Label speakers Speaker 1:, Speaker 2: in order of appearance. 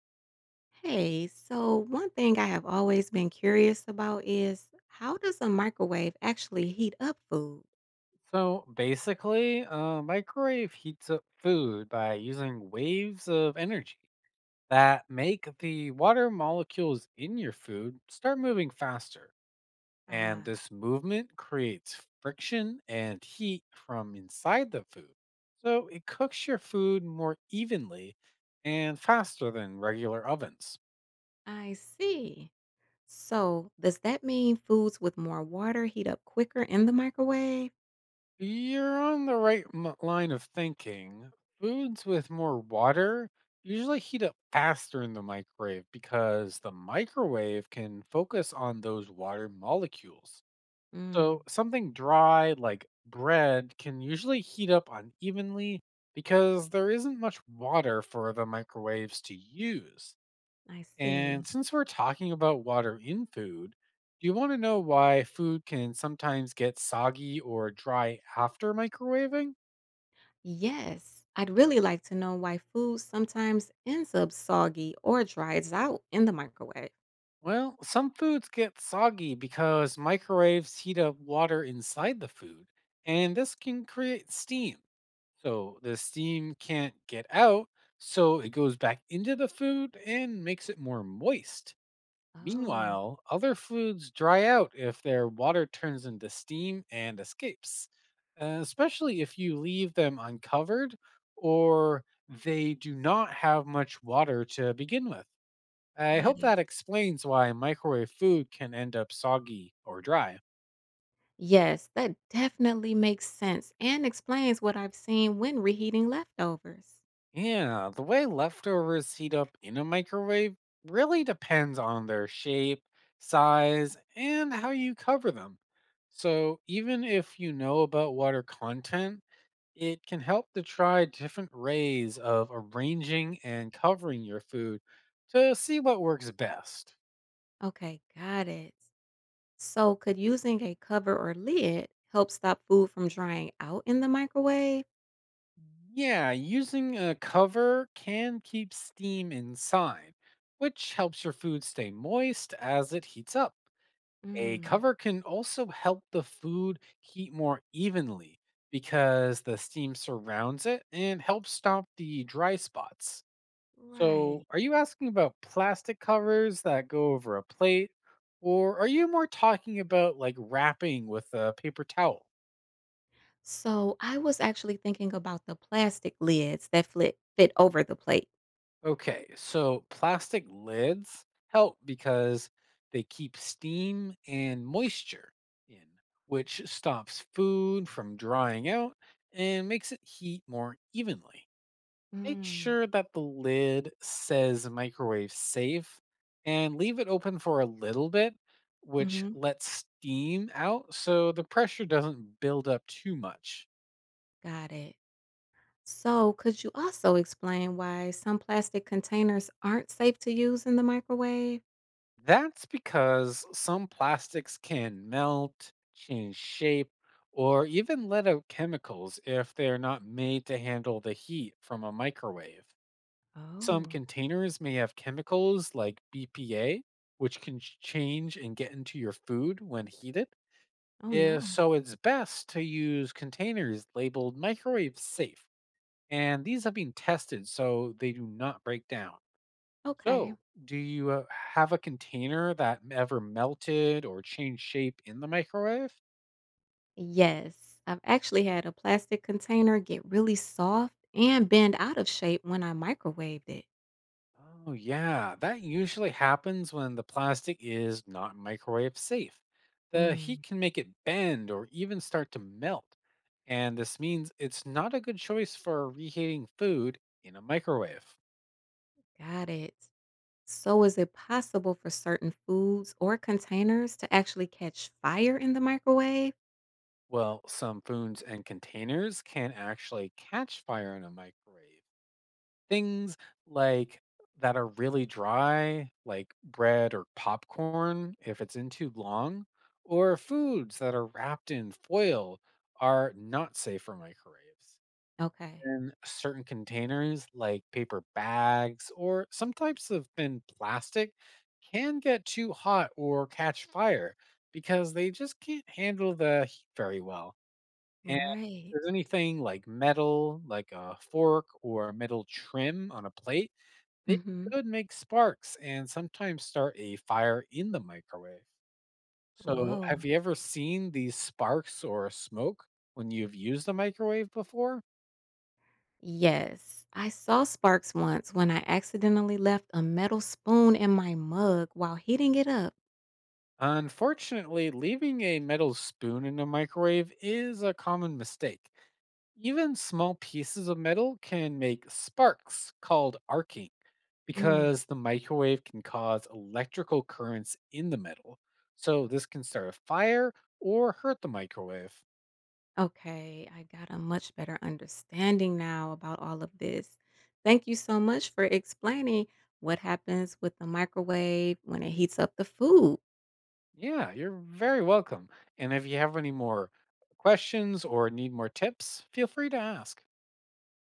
Speaker 1: Hey, so one thing I have always been curious about is how does a microwave actually heat up food?
Speaker 2: So basically, a microwave heats up food by using waves of energy that make the water molecules in your food start moving faster. And
Speaker 1: Ah,
Speaker 2: this movement creates friction and heat from inside the food. So it cooks your food more evenly and faster than regular ovens.
Speaker 1: I see. So, does that mean foods with more water heat up quicker in the microwave?
Speaker 2: You're on the right line of thinking. Foods with more water usually heat up faster in the microwave because the microwave can focus on those water molecules. So,
Speaker 1: Mm,
Speaker 2: something dry like bread can usually heat up unevenly because there isn't much water for the microwaves to use.
Speaker 1: I
Speaker 2: And
Speaker 1: see.
Speaker 2: since we're talking about water in food, do you want to know why food can sometimes get soggy or dry after microwaving?
Speaker 1: Yes, I'd really like to know why food sometimes ends up soggy or dries out in the microwave.
Speaker 2: Well, some foods get soggy because microwaves heat up water inside the food, and this can create steam. So the steam can't get out, so it goes back into the food and makes it more moist.
Speaker 1: Oh,
Speaker 2: Meanwhile, other foods dry out if their water turns into steam and escapes, especially if you leave them uncovered or they do not have much water to begin with. I
Speaker 1: got
Speaker 2: hope
Speaker 1: it.
Speaker 2: that explains why microwave food can end up soggy or dry.
Speaker 1: Yes, that definitely makes sense and explains what I've seen when reheating leftovers.
Speaker 2: Yeah, the way leftovers heat up in a microwave really depends on their shape, size, and how you cover them. So even if you know about water content, it can help to try different ways of arranging and covering your food to see what works best.
Speaker 1: Okay, got it. So, could using a cover or lid help stop food from drying out in the microwave?
Speaker 2: Yeah, using a cover can keep steam inside, which helps your food stay moist as it heats up. A
Speaker 1: Mm,
Speaker 2: cover can also help the food heat more evenly because the steam surrounds it and helps stop the dry spots. So,
Speaker 1: right.
Speaker 2: are you asking about plastic covers that go over a plate, or are you more talking about like wrapping with a paper towel?
Speaker 1: So, I was actually thinking about the plastic lids that fit over the plate.
Speaker 2: Okay, so plastic lids help because they keep steam and moisture in, which stops food from drying out and makes it heat more evenly. Make
Speaker 1: Mm,
Speaker 2: sure that the lid says microwave safe and leave it open for a little bit, which
Speaker 1: hmm,
Speaker 2: lets steam out so the pressure doesn't build up too much.
Speaker 1: got it. So, could you also explain why some plastic containers aren't safe to use in the microwave?
Speaker 2: That's because some plastics can melt, change shape, or even let out chemicals if they're not made to handle the heat from a microwave. Some
Speaker 1: Oh,
Speaker 2: containers may have chemicals like BPA, which can change and get into your food when heated.
Speaker 1: oh
Speaker 2: Is
Speaker 1: no.
Speaker 2: so it's best to use containers labeled microwave safe, and these have been tested so they do not break down.
Speaker 1: Okay.
Speaker 2: So, do you have a container that ever melted or changed shape in the microwave?
Speaker 1: Yes, I've actually had a plastic container get really soft and bend out of shape when I microwaved it.
Speaker 2: Oh, yeah, that usually happens when the plastic is not microwave safe. The
Speaker 1: Mm.
Speaker 2: heat can make it bend or even start to melt, and this means it's not a good choice for reheating food in a microwave.
Speaker 1: Got it. So, is it possible for certain foods or containers to actually catch fire in the microwave?
Speaker 2: Well, some foods and containers can actually catch fire in a microwave. Things like that are really dry, like bread or popcorn, if it's in too long, or foods that are wrapped in foil are not safe for microwaves.
Speaker 1: Okay.
Speaker 2: And certain containers, like paper bags or some types of thin plastic, can get too hot or catch fire because they just can't handle the heat very well.
Speaker 1: Right.
Speaker 2: There's anything like metal, like a fork or metal trim on a plate, they
Speaker 1: Hmm.
Speaker 2: could make sparks and sometimes start a fire in the microwave. So, have
Speaker 1: Whoa.
Speaker 2: you ever seen these sparks or smoke when you've used a microwave before?
Speaker 1: Yes, I saw sparks once when I accidentally left a metal spoon in my mug while heating it up.
Speaker 2: Unfortunately, leaving a metal spoon in a microwave is a common mistake. Even small pieces of metal can make sparks called arcing
Speaker 1: Mm.
Speaker 2: because the microwave can cause electrical currents in the metal. So, this can start a fire or hurt the microwave.
Speaker 1: Okay, I got a much better understanding now about all of this. Thank you so much for explaining what happens with the microwave when it heats up the food.
Speaker 2: Yeah, you're very welcome. And if you have any more questions or need more tips, feel free to ask.